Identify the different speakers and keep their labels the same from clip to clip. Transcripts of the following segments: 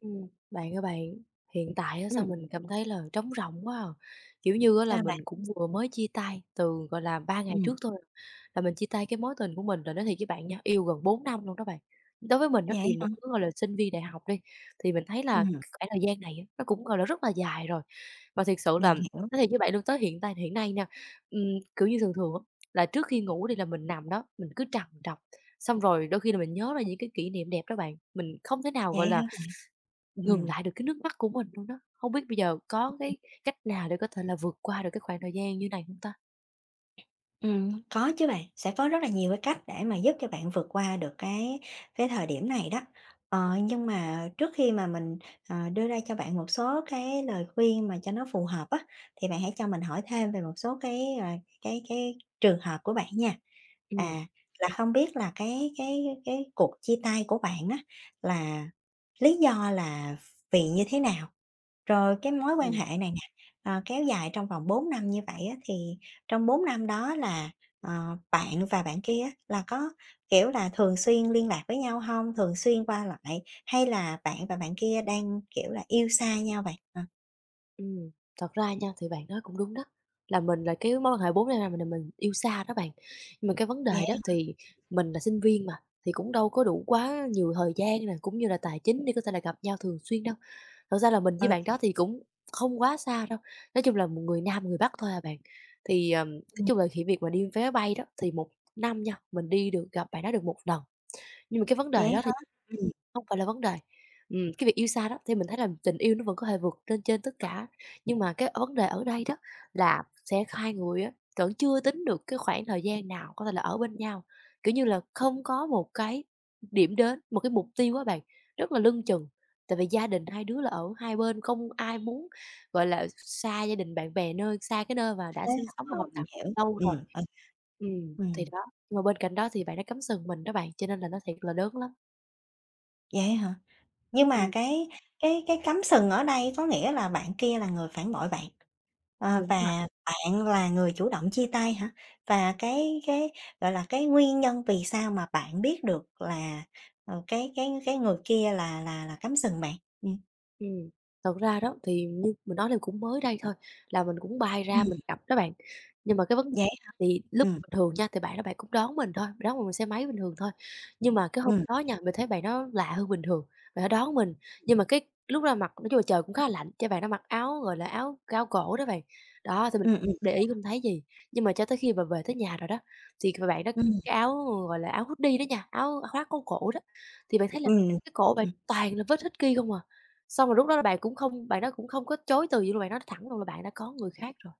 Speaker 1: Bạn ơi bạn, hiện tại á sao
Speaker 2: Ừm,
Speaker 1: mình cảm thấy là trống rỗng quá à. Kiểu như á là
Speaker 2: Sao
Speaker 1: mình
Speaker 2: bạn?
Speaker 1: cũng vừa mới chia tay từ, gọi là, 3 ngày trước
Speaker 2: ừm,
Speaker 1: thôi, à, là mình chia tay cái mối tình của mình rồi nói thiệt với bạn nha, yêu gần 4 năm luôn đó bạn. Đối với mình đó
Speaker 2: Vậy
Speaker 1: thì một
Speaker 2: hả?
Speaker 1: đứa, gọi là, sinh viên đại học đi, thì mình thấy là
Speaker 2: Ừm.
Speaker 1: cái khoảng thời gian này á, nó cũng, gọi là, rất là dài rồi. Và thiệt sự là
Speaker 2: Mình hiểu,
Speaker 1: nói thiệt với bạn luôn tới hiện tại hiện nay nha, ừm, kiểu như, thường thường á, là trước khi ngủ thì là mình nằm đó, mình cứ trằn trọc, xong rồi đôi khi là mình nhớ ra những cái kỷ niệm đẹp đó bạn, mình không thể nào, gọi
Speaker 2: vậy hả
Speaker 1: là
Speaker 2: bạn?
Speaker 1: ngừng
Speaker 2: Ừm,
Speaker 1: lại được cái nước mắt của mình luôn đó. Không biết bây giờ có cái cách nào để có thể là vượt qua được cái khoảng thời gian như này không ta?
Speaker 2: Có chứ bạn, sẽ có rất là nhiều cái cách để mà giúp cho bạn vượt qua được cái thời điểm này đó. Ờ, nhưng mà trước khi mà mình, đưa ra cho bạn một số cái lời khuyên mà cho nó phù hợp á, thì bạn hãy cho mình hỏi thêm về một số cái, cái trường hợp của bạn nha.
Speaker 1: Ừm,
Speaker 2: À, là không biết là cái cuộc chia tay của bạn á, là lý do là vì như thế nào? Rồi cái mối quan
Speaker 1: ừm,
Speaker 2: hệ này nè, ờ, kéo dài trong vòng 4 năm như vậy á, thì trong 4 năm đó là, ờ, bạn và bạn kia là có, kiểu là, thường xuyên liên lạc với nhau không? Thường xuyên qua lại hay là bạn và bạn kia đang, kiểu là, yêu xa nhau bạn? Ờ,
Speaker 1: ừm. Thật ra nha, thì bạn nói cũng đúng đó, là mình là cái mối quan hệ 4 năm mình yêu xa đó bạn. Nhưng mà cái vấn đề đó
Speaker 2: vậy
Speaker 1: thì mình là sinh viên mà, thì cũng đâu có đủ quá nhiều thời gian nè, cũng như là tài chính để có thể là gặp nhau thường xuyên đâu. Thật ra là mình
Speaker 2: ô
Speaker 1: với bạn
Speaker 2: kê,
Speaker 1: đó thì cũng không quá xa đâu, nói chung là một người Nam, người Bắc thôi à bạn. Thì, nói
Speaker 2: ừm,
Speaker 1: chung là khi việc mà đi vé bay đó thì một năm nha, mình đi được gặp bạn đó được một lần, nhưng mà cái vấn đề
Speaker 2: vậy
Speaker 1: đó thì
Speaker 2: hả? Ừm,
Speaker 1: không phải là vấn đề. Cái việc yêu xa đó, thì mình thấy là tình yêu nó vẫn có thể vượt lên trên tất cả, nhưng mà cái vấn đề ở đây đó là sẽ hai người á, vẫn chưa tính được cái khoảng thời gian nào có thể là ở bên nhau. Kiểu như là, không có một cái điểm đến, một cái mục tiêu á bạn, rất là lưng chừng. Tại vì gia đình hai đứa là ở hai bên, không ai muốn, gọi là, xa gia đình bạn bè nơi xa cái nơi mà đã
Speaker 2: thế
Speaker 1: sinh
Speaker 2: hả?
Speaker 1: sống và
Speaker 2: Ờ,
Speaker 1: học tập
Speaker 2: mình hiểu.
Speaker 1: lâu rồi.
Speaker 2: Ô
Speaker 1: Thì
Speaker 2: ừm,
Speaker 1: đó, nhưng mà bên cạnh đó thì bạn đã cắm sừng mình đó bạn, cho nên là nó thiệt là đớn lắm.
Speaker 2: vậy hả? Nhưng mà
Speaker 1: Ừm,
Speaker 2: cái cắm sừng ở đây có nghĩa là bạn kia là người phản bội bạn, ờ,
Speaker 1: đúng rồi.
Speaker 2: và bạn là người chủ động chia tay hả? Và gọi là, cái nguyên nhân vì sao mà bạn biết được là, ờ, cái người kia là là cắm sừng bạn? Ừm.
Speaker 1: Ừm, thật ra đó thì như mình nói là cũng mới đây thôi, là mình cũng bay ra
Speaker 2: Ừm,
Speaker 1: mình gặp đó bạn. Nhưng mà cái vấn đề
Speaker 2: vậy hả?
Speaker 1: thì lúc
Speaker 2: Ừ,
Speaker 1: bình thường nha, thì bạn đó bạn cũng đón mình thôi, đón mình bằng xe máy bình thường thôi. Nhưng mà cái hôm
Speaker 2: ừ,
Speaker 1: đó nha, mình thấy bạn đó lạ hơn bình thường, bạn đó đón mình, nhưng mà cái lúc ra mặt nói chung là trời cũng khá là lạnh, cái bạn đó mặc áo, gọi là, áo cao cổ đó bạn. Đó, thì mình
Speaker 2: ừ, ừ,
Speaker 1: để ý không thấy gì, nhưng mà cho tới khi mà về tới nhà rồi đó, thì bạn đó
Speaker 2: ừ,
Speaker 1: cái áo, gọi là, áo hoodie đó nha, áo khoác có cổ đó, thì bạn thấy là
Speaker 2: mình hiểu,
Speaker 1: cái cổ bạn
Speaker 2: ừm.
Speaker 1: toàn là vết hít ki không à. Xong rồi lúc đó là bạn đó cũng không có chối từ gì luôn, bạn nói thẳng luôn là bạn đã có người khác rồi,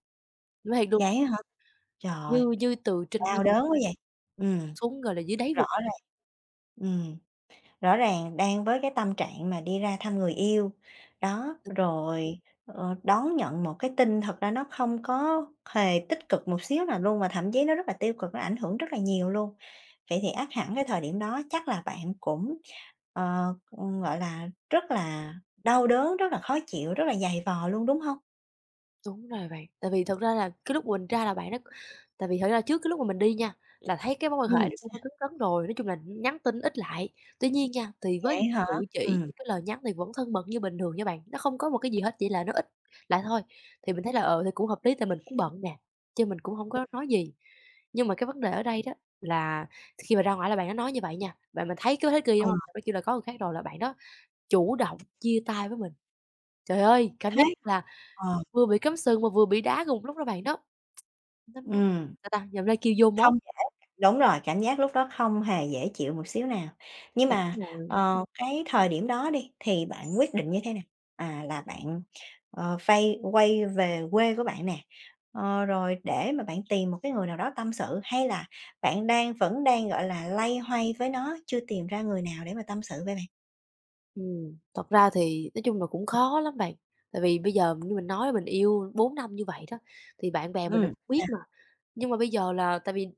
Speaker 1: nói thiệt luôn,
Speaker 2: Vậy hả? Trời,
Speaker 1: như như từ trên
Speaker 2: đau đớn quá vậy! Ừm,
Speaker 1: xuống, gọi là, dưới đáy
Speaker 2: rõ
Speaker 1: vực.
Speaker 2: ràng. Ừ, rõ ràng đang với cái tâm trạng mà đi ra thăm người yêu, đó, rồi, ờ, đón nhận một cái tin thật ra nó không có hề tích cực một xíu nào luôn, mà thậm chí nó rất là tiêu cực, nó ảnh hưởng rất là nhiều luôn. Vậy thì ắt hẳn cái thời điểm đó chắc là bạn cũng, ờ, gọi là, rất là đau đớn, rất là khó chịu, rất là dày vò luôn, đúng không?
Speaker 1: Đúng rồi bạn, tại vì thật ra là cái lúc mình ra là bạn đó tại vì thật ra trước cái lúc mà mình đi nha, là thấy cái mối quan hệ
Speaker 2: Ừm,
Speaker 1: nó cũng hơi cứng cấn rồi, nói chung là nhắn tin ít lại. Tuy nhiên nha, thì với những
Speaker 2: Vậy
Speaker 1: cái
Speaker 2: hả?
Speaker 1: cử chỉ,
Speaker 2: Ừm,
Speaker 1: những cái lời nhắn thì vẫn thân mật như bình thường nha bạn, nó không có một cái gì hết, chỉ là nó ít lại thôi. Thì mình thấy là, thì cũng hợp lý tại mình cũng bận nè, chứ mình cũng không có nói gì. Nhưng mà cái vấn đề ở đây đó là khi mà ra ngoài là bạn nó nói như vậy nha, bạn mình thấy cái thế kia,
Speaker 2: ờ,
Speaker 1: đúng hông? Sau đó kêu là có người khác rồi là bạn đó chủ động chia tay với mình. Trời ơi, cảm
Speaker 2: thế
Speaker 1: giác là
Speaker 2: ờ,
Speaker 1: vừa bị cắm sừng mà vừa bị đá cùng một lúc đó bạn đó. Nó
Speaker 2: ừm,
Speaker 1: sao ta, nhầm ra kêu vô
Speaker 2: hông.
Speaker 1: mốt
Speaker 2: Đúng rồi, cảm giác lúc đó không hề dễ chịu một xíu nào. Nhưng
Speaker 1: đúng
Speaker 2: mà,
Speaker 1: rồi.
Speaker 2: ờ, cái thời điểm đó đi, thì bạn quyết định như thế nào? À, là bạn, ờ, phây quay về quê của bạn nè, ờ, rồi để mà bạn tìm một cái người nào đó tâm sự, hay là bạn vẫn đang, gọi là, loay hoay với nó, chưa tìm ra người nào để mà tâm sự với bạn?
Speaker 1: Thật ra thì nói chung là cũng khó lắm bạn, tại vì bây giờ như mình nói mình yêu 4 năm như vậy đó, thì bạn bè mình là cũng
Speaker 2: Sao?
Speaker 1: biết mà. Nhưng mà bây giờ là tại vì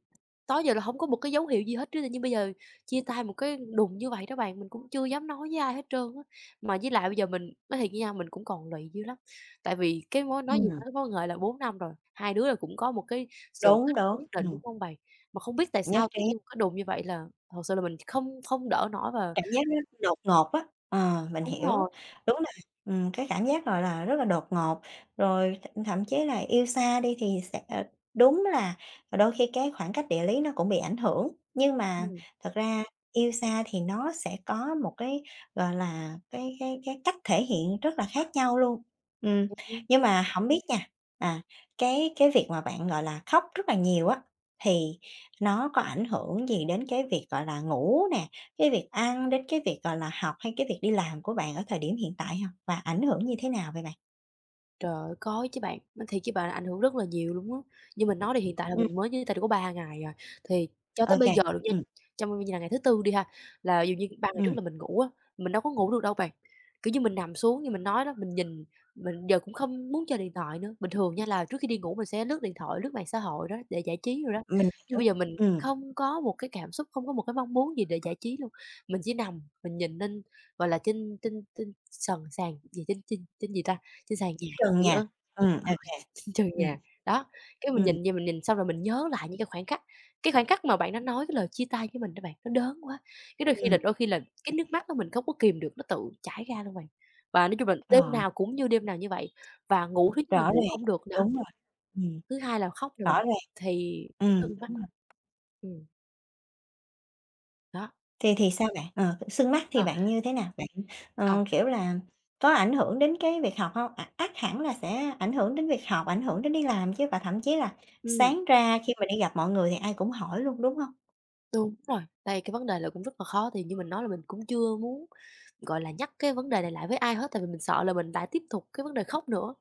Speaker 1: tới giờ là không có một cái dấu hiệu gì hết chứ, tự nhiên bây giờ chia tay một cái đùng như vậy đó bạn, mình cũng chưa dám nói với ai hết trơn á. Mà với lại bây giờ mình nói thiệt với nhau mình cũng còn lụy dữ lắm, tại vì cái mối nói gì
Speaker 2: Ừm.
Speaker 1: nói mối quan hệ là 4 năm rồi, hai đứa là cũng có một cái sự kết
Speaker 2: Đúng,
Speaker 1: nối
Speaker 2: đúng,
Speaker 1: nhất định, đúng không bạn? Mà không biết tại
Speaker 2: nhất
Speaker 1: sao tự
Speaker 2: trí.
Speaker 1: nhiên một cái đùng như vậy là thật sự là mình không không đỡ nổi và
Speaker 2: Cảm giác nó đột ngột á, ờ, mình
Speaker 1: đúng
Speaker 2: hiểu,
Speaker 1: rồi,
Speaker 2: đúng là, cái cảm giác, gọi là, rất là đột ngột, rồi thậm chí là yêu xa đi thì sẽ ờ, đúng là đôi khi cái khoảng cách địa lý nó cũng bị ảnh hưởng, nhưng mà
Speaker 1: ừm.
Speaker 2: thật ra yêu xa thì nó sẽ có một cái, gọi là, cái cách thể hiện rất là khác nhau luôn. Ừm, nhưng mà không biết nha, à, cái việc mà bạn, gọi là, khóc rất là nhiều á, thì nó có ảnh hưởng gì đến cái việc, gọi là, ngủ nè, cái việc ăn đến cái việc, gọi là, học hay cái việc đi làm của bạn ở thời điểm hiện tại hông? Và ảnh hưởng như thế nào vậy bạn?
Speaker 1: Trời ơi, có chứ bạn, nói thiệt với bạn là ảnh hưởng rất là nhiều luôn á. Như mình nói đi hiện tại là
Speaker 2: Ừm,
Speaker 1: mình mới chia tay được có 3 ngày rồi thì cho
Speaker 2: ô
Speaker 1: tới bây
Speaker 2: kê,
Speaker 1: giờ luôn nha,
Speaker 2: ừm,
Speaker 1: trong bây là ngày thứ Tư đi ha, là dù như 3 ngày trước
Speaker 2: ừm,
Speaker 1: là mình ngủ á, mình đâu có ngủ được đâu bạn. Kiểu như, mình nằm xuống như mình nói đó, mình nhìn mình giờ cũng không muốn chơi điện thoại nữa. Bình thường nha là trước khi đi ngủ mình sẽ lướt điện thoại, lướt mạng xã hội đó để giải trí rồi đó,
Speaker 2: mình
Speaker 1: nhưng
Speaker 2: hiểu,
Speaker 1: bây giờ mình
Speaker 2: ừm,
Speaker 1: không có một cái cảm xúc, không có một cái mong muốn gì để giải trí luôn. Mình chỉ nằm, mình nhìn lên, gọi là, trên trên trên sàn sàn gì trên trên trên gì ta? Trên sàn nhà.
Speaker 2: trần
Speaker 1: Trời
Speaker 2: nhà,
Speaker 1: ơi,
Speaker 2: ô kê,
Speaker 1: trời
Speaker 2: ừm,
Speaker 1: nhà. Đó, cái mình
Speaker 2: ừm,
Speaker 1: nhìn vậy mình nhìn xong rồi mình nhớ lại những cái khoảnh khắc mà bạn đã nói cái lời chia tay với mình đó bạn, nó đớn quá. Cái đôi khi là
Speaker 2: ừm,
Speaker 1: đôi khi là cái
Speaker 2: mình
Speaker 1: nước mắt đó mình không có kìm được, nó tự chảy ra luôn bạn. Và nói chung là đêm
Speaker 2: rồi,
Speaker 1: nào cũng như đêm nào như vậy, và ngủ thứ nhất là
Speaker 2: rõ
Speaker 1: ngủ
Speaker 2: ràng,
Speaker 1: không được nè,
Speaker 2: đúng rồi, ừm,
Speaker 1: thứ hai là khóc nè
Speaker 2: rõ
Speaker 1: bạn,
Speaker 2: ràng,
Speaker 1: thì nó sưng mắt.
Speaker 2: đúng rồi.
Speaker 1: Ừm, đó,
Speaker 2: Thì sao bạn? Ờ, xương mắt thì
Speaker 1: ờ.
Speaker 2: bạn như thế nào? Bạn,
Speaker 1: Ờ,
Speaker 2: ờ, kiểu là, có ảnh hưởng đến cái việc học hông? À, ắt hẳn là sẽ ảnh hưởng đến việc học, ảnh hưởng đến đi làm chứ, và thậm chí là
Speaker 1: ừm,
Speaker 2: sáng ra khi mà đi gặp mọi người thì ai cũng hỏi luôn, đúng hông?
Speaker 1: đúng rồi. Đây, cái vấn đề là cũng rất là khó, thì như mình nói là mình cũng chưa muốn gọi là, nhắc cái vấn đề này lại với ai hết, tại vì mình sợ là mình lại tiếp tục cái vấn đề khóc nữa.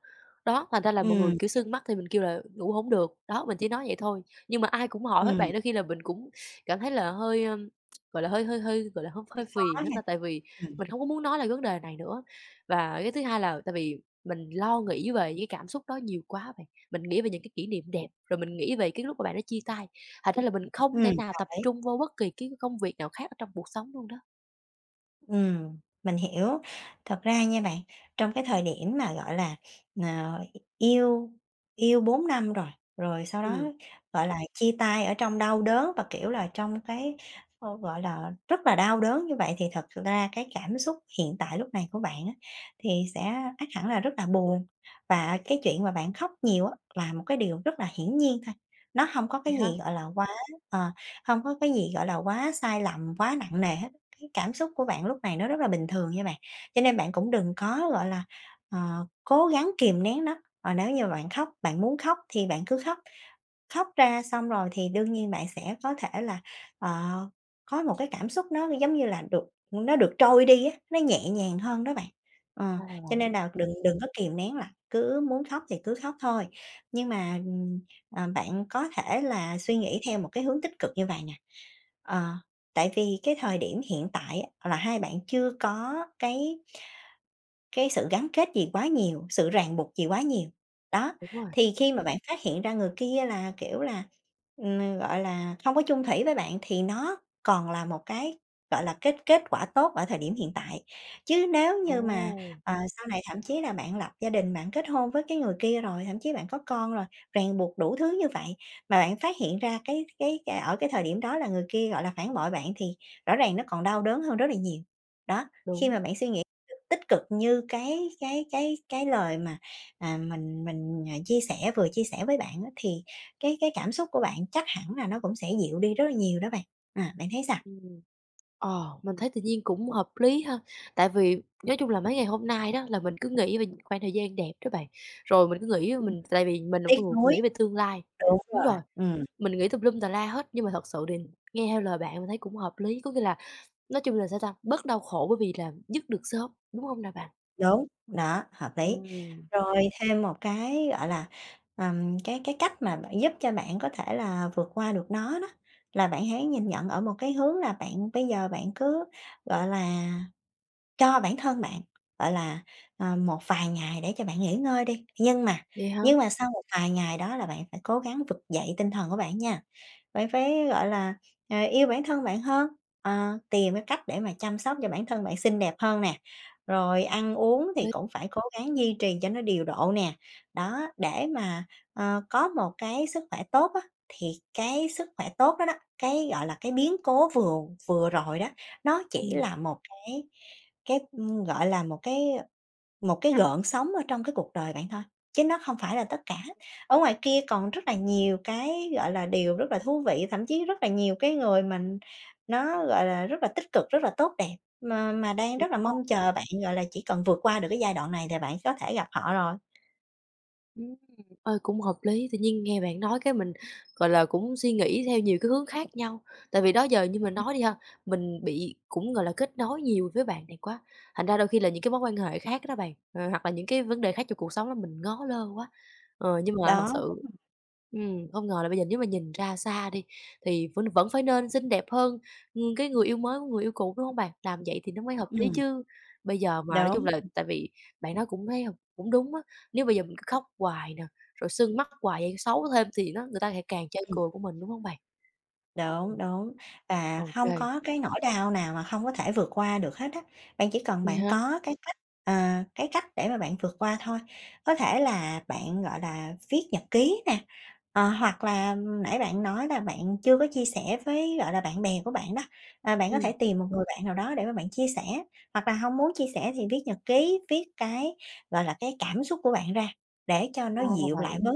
Speaker 1: Đó, thành ra là mọi người,
Speaker 2: Ừm,
Speaker 1: kiểu, sưng mắt thì mình kêu là "Ngủ hổng được." Đó, mình chỉ nói vậy thôi, nhưng mà ai cũng hỏi hết
Speaker 2: ừm,
Speaker 1: bạn, đôi khi là mình cũng cảm thấy là hơi, gọi là, hơi hơi hơi, gọi là, hơi hơi
Speaker 2: có
Speaker 1: phiền hết
Speaker 2: ha,
Speaker 1: á, tại vì
Speaker 2: ừm,
Speaker 1: mình không có muốn nói lại vấn đề này nữa. Và cái thứ hai là tại vì mình lo nghĩ về những cái cảm xúc đó nhiều quá bạn, mình nghĩ về những cái kỷ niệm đẹp, rồi mình nghĩ về cái lúc mà bạn đã chia tay, thành ra là mình không
Speaker 2: ừm,
Speaker 1: thể nào
Speaker 2: đồng
Speaker 1: tập
Speaker 2: ý.
Speaker 1: trung vô bất kỳ cái công việc nào khác ở trong cuộc sống luôn đó.
Speaker 2: Mình hiểu. Thật ra nha bạn, trong cái thời điểm mà, gọi là, ờ, yêu yêu 4 năm rồi, rồi sau đó,
Speaker 1: Ừm.
Speaker 2: gọi là, chia tay ở trong đau đớn và, kiểu là, trong cái, ờ, gọi là, rất là đau đớn như vậy thì thật ra cái cảm xúc hiện tại lúc này của bạn á, thì sẽ ắt hẳn là rất là buồn. Và cái chuyện mà bạn khóc nhiều á là một cái điều rất là hiển nhiên thôi, nó không có
Speaker 1: Vậy
Speaker 2: cái
Speaker 1: hả?
Speaker 2: gì, gọi là, quá ờ, hông có cái gì, gọi là, quá sai lầm, quá nặng nề hết. Cái cảm xúc của bạn lúc này nó rất là bình thường nha bạn, cho nên bạn cũng đừng có, gọi là, ờ, cố gắng kìm nén nó, ờ, nếu như bạn khóc, bạn muốn khóc thì bạn cứ khóc. Khóc ra xong rồi thì đương nhiên bạn sẽ có thể là, ờ, có một cái cảm xúc nó giống như là nó được trôi đi á, nó nhẹ nhàng hơn đó bạn. Ờ, cho
Speaker 1: Ra
Speaker 2: nên là đừng đừng có kìm nén lại, cứ muốn khóc thì cứ khóc thôi. Nhưng mà, ờ, bạn có thể là suy nghĩ theo một cái hướng tích cực như vậy nè, ờ, tại vì cái thời điểm hiện tại á là hai bạn chưa có cái sự gắn kết gì quá nhiều, sự ràng buộc gì quá nhiều. Đó,
Speaker 1: Đúng rồi.
Speaker 2: thì khi mà bạn phát hiện ra người kia là, kiểu là, gọi là, không có chung thủy với bạn thì nó còn là một cái, gọi là, kết kết quả tốt ở thời điểm hiện tại. Chứ nếu như mà,
Speaker 1: Ồ,
Speaker 2: ờ, sau này thậm chí là bạn lập gia đình, bạn kết hôn với cái người kia rồi, thậm chí bạn có con rồi, ràng buộc đủ thứ như vậy, mà bạn phát hiện ra cái ở cái thời điểm đó là người kia, gọi là, phản bội bạn thì rõ ràng nó còn đau đớn hơn rất là nhiều. Đó, khi mà
Speaker 1: đúng,
Speaker 2: bạn suy nghĩ tích cực như cái lời mà, à, mình, à, chia sẻ vừa chia sẻ với bạn á, thì cái cảm xúc của bạn chắc hẳn là nó cũng sẽ dịu đi rất là nhiều đó bạn. À, bạn thấy sao?
Speaker 1: ừm. Ờ, mình thấy tự nhiên cũng hợp lý ha, tại vì nói chung là mấy ngày hôm nay đó là mình cứ nghĩ về những khoảng thời gian đẹp đó bạn, rồi mình cứ nghĩ về mình tại vì mình là một
Speaker 2: Tiếc
Speaker 1: người
Speaker 2: nuối,
Speaker 1: nghĩ về tương lai.
Speaker 2: đúng
Speaker 1: Đúng
Speaker 2: rồi,
Speaker 1: rồi, mình nghĩ tùm lum tà la hết, nhưng mà thật sự thì nghe theo lời bạn mình thấy cũng hợp lý, có nghĩa là nói chung là, sao ta, bớt đau khổ bởi vì là dứt được sớm, đúng không nào bạn?
Speaker 2: đúng, đó, hợp lý.
Speaker 1: Ừm,
Speaker 2: Rồi thêm một cái, gọi là, cái cách mà bạn giúp cho bạn có thể là vượt qua được nó đó, là bạn hãy nhìn nhận ở một cái hướng là bạn bây giờ bạn cứ, gọi là cho bản thân bạn, gọi là, ờ, một vài ngày để cho bạn nghỉ ngơi đi, nhưng mà
Speaker 1: vậy hả?
Speaker 2: sau một vài ngày đó là bạn phải cố gắng vực dậy tinh thần của bạn nha. Bạn phải, gọi là, ờ, yêu bản thân bạn hơn, ờ, tìm cái cách để mà chăm sóc cho bản thân bạn xinh đẹp hơn nè, rồi ăn uống thì
Speaker 1: Lý
Speaker 2: cũng phải cố gắng duy trì cho nó điều độ nè. Đó, để mà, ờ, có một cái sức khỏe tốt á, thì cái sức khỏe tốt đó đó, cái, gọi là, cái biến cố vừa vừa rồi đó, nó chỉ
Speaker 1: ừm.
Speaker 2: là một cái, ưm, gọi là, một cái gợn sóng ở trong cái cuộc đời bạn thôi, chứ nó không phải là tất cả. Ở ngoài kia còn rất là nhiều cái, gọi là, điều rất là thú vị, thậm chí rất là nhiều cái người mình nó, gọi là, rất là tích cực, rất là tốt đẹp, mà đang rất là mong chờ bạn, gọi là, chỉ cần vượt qua được cái giai đoạn này thì bạn có thể gặp họ rồi.
Speaker 1: Ừm, ơi, cũng hợp lý, tự nhiên nghe bạn nói cái mình, gọi là, cũng suy nghĩ theo nhiều cái hướng khác nhau. Tại vì đó giờ như mình nói đi ha, mình bị cũng, gọi là, kết nối nhiều với bạn này quá, thành ra đôi khi là những cái mối quan hệ khác đó bạn, hoặc là những cái vấn đề khác trong cuộc sống đó mình ngó lơ quá. Ờ, nhưng mà thật
Speaker 2: Đó,
Speaker 1: sự không ngờ là bây giờ nếu mà nhìn ra xa đi thì vẫn vẫn phải nên xinh đẹp hơn, cái người yêu mới của người yêu cũ, đúng không bạn? Làm vậy thì nó mới hợp lý
Speaker 2: ừm,
Speaker 1: chứ. Bây giờ mà nói chung
Speaker 2: đúng.
Speaker 1: là tại vì bạn nói cũng thấy cũng đúng á. Nếu bây giờ mình cứ khóc hoài nè, rồi sưng mắt hoài vậy xấu thêm thì nó người ta lại càng chê cười của mình, đúng hông bạn?
Speaker 2: Đúng, đúng,
Speaker 1: Ô
Speaker 2: và không
Speaker 1: kê,
Speaker 2: có cái nỗi đau nào mà không có thể vượt qua được hết á. Bạn chỉ cần
Speaker 1: vậy
Speaker 2: bạn
Speaker 1: hả?
Speaker 2: có cái cách, ờ, cái cách để mà bạn vượt qua thôi. Có thể là bạn, gọi là, viết nhật ký nè, ờ, hoặc là nãy bạn nói là bạn chưa có chia sẻ với, gọi là, bạn bè của bạn đó, à, bạn có thể
Speaker 1: Ừm,
Speaker 2: tìm một người bạn nào đó để mà bạn chia sẻ, hoặc là không muốn chia sẻ thì viết nhật ký, viết cái, gọi là, cái cảm xúc của bạn ra. Để cho nó
Speaker 1: ra là
Speaker 2: dịu lại
Speaker 1: vậy.
Speaker 2: bớt,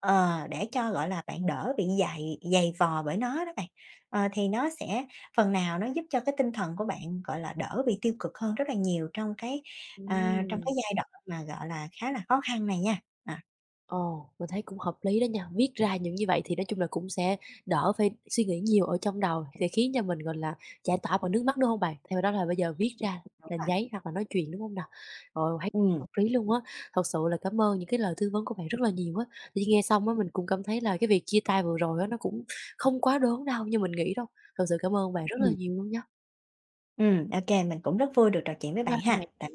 Speaker 2: ờ, để cho, gọi là, bạn đỡ bị dày dày vò bởi nó đó bạn. Ờ, thì nó sẽ phần nào nó giúp cho cái tinh thần của bạn, gọi là, đỡ bị tiêu cực hơn rất là nhiều trong cái, à, trong
Speaker 1: Ừm.
Speaker 2: cái giai đoạn mà, gọi là, khá là khó khăn này nha. À,
Speaker 1: Ồ, mình thấy cũng hợp lý đó nha. Viết ra những như vậy thì nói chung là cũng sẽ đỡ phải suy nghĩ nhiều ở trong đầu, sẽ khiến cho mình, gọi là, giải tỏa bằng nước mắt, đúng không bạn? Theo đó là bây giờ viết ra
Speaker 2: đúng
Speaker 1: lên
Speaker 2: rồi.
Speaker 1: giấy hoặc là nói chuyện, đúng không nào? Ồ, thấy
Speaker 2: Ừm,
Speaker 1: hợp lý luôn á. Thật sự là cảm ơn những cái lời tư vấn của bạn rất là nhiều á. Thì nghe xong á, mình cũng cảm thấy là cái việc chia tay vừa rồi á, nó cũng không quá đớn đau như mình nghĩ đâu. Thật sự cảm ơn bạn rất là
Speaker 2: Ừ,
Speaker 1: nhiều luôn nha.
Speaker 2: ừ, ok mình cũng rất vui được trò chuyện với
Speaker 1: Bye
Speaker 2: bạn
Speaker 1: bye
Speaker 2: ha.
Speaker 1: bạn.
Speaker 2: Tạm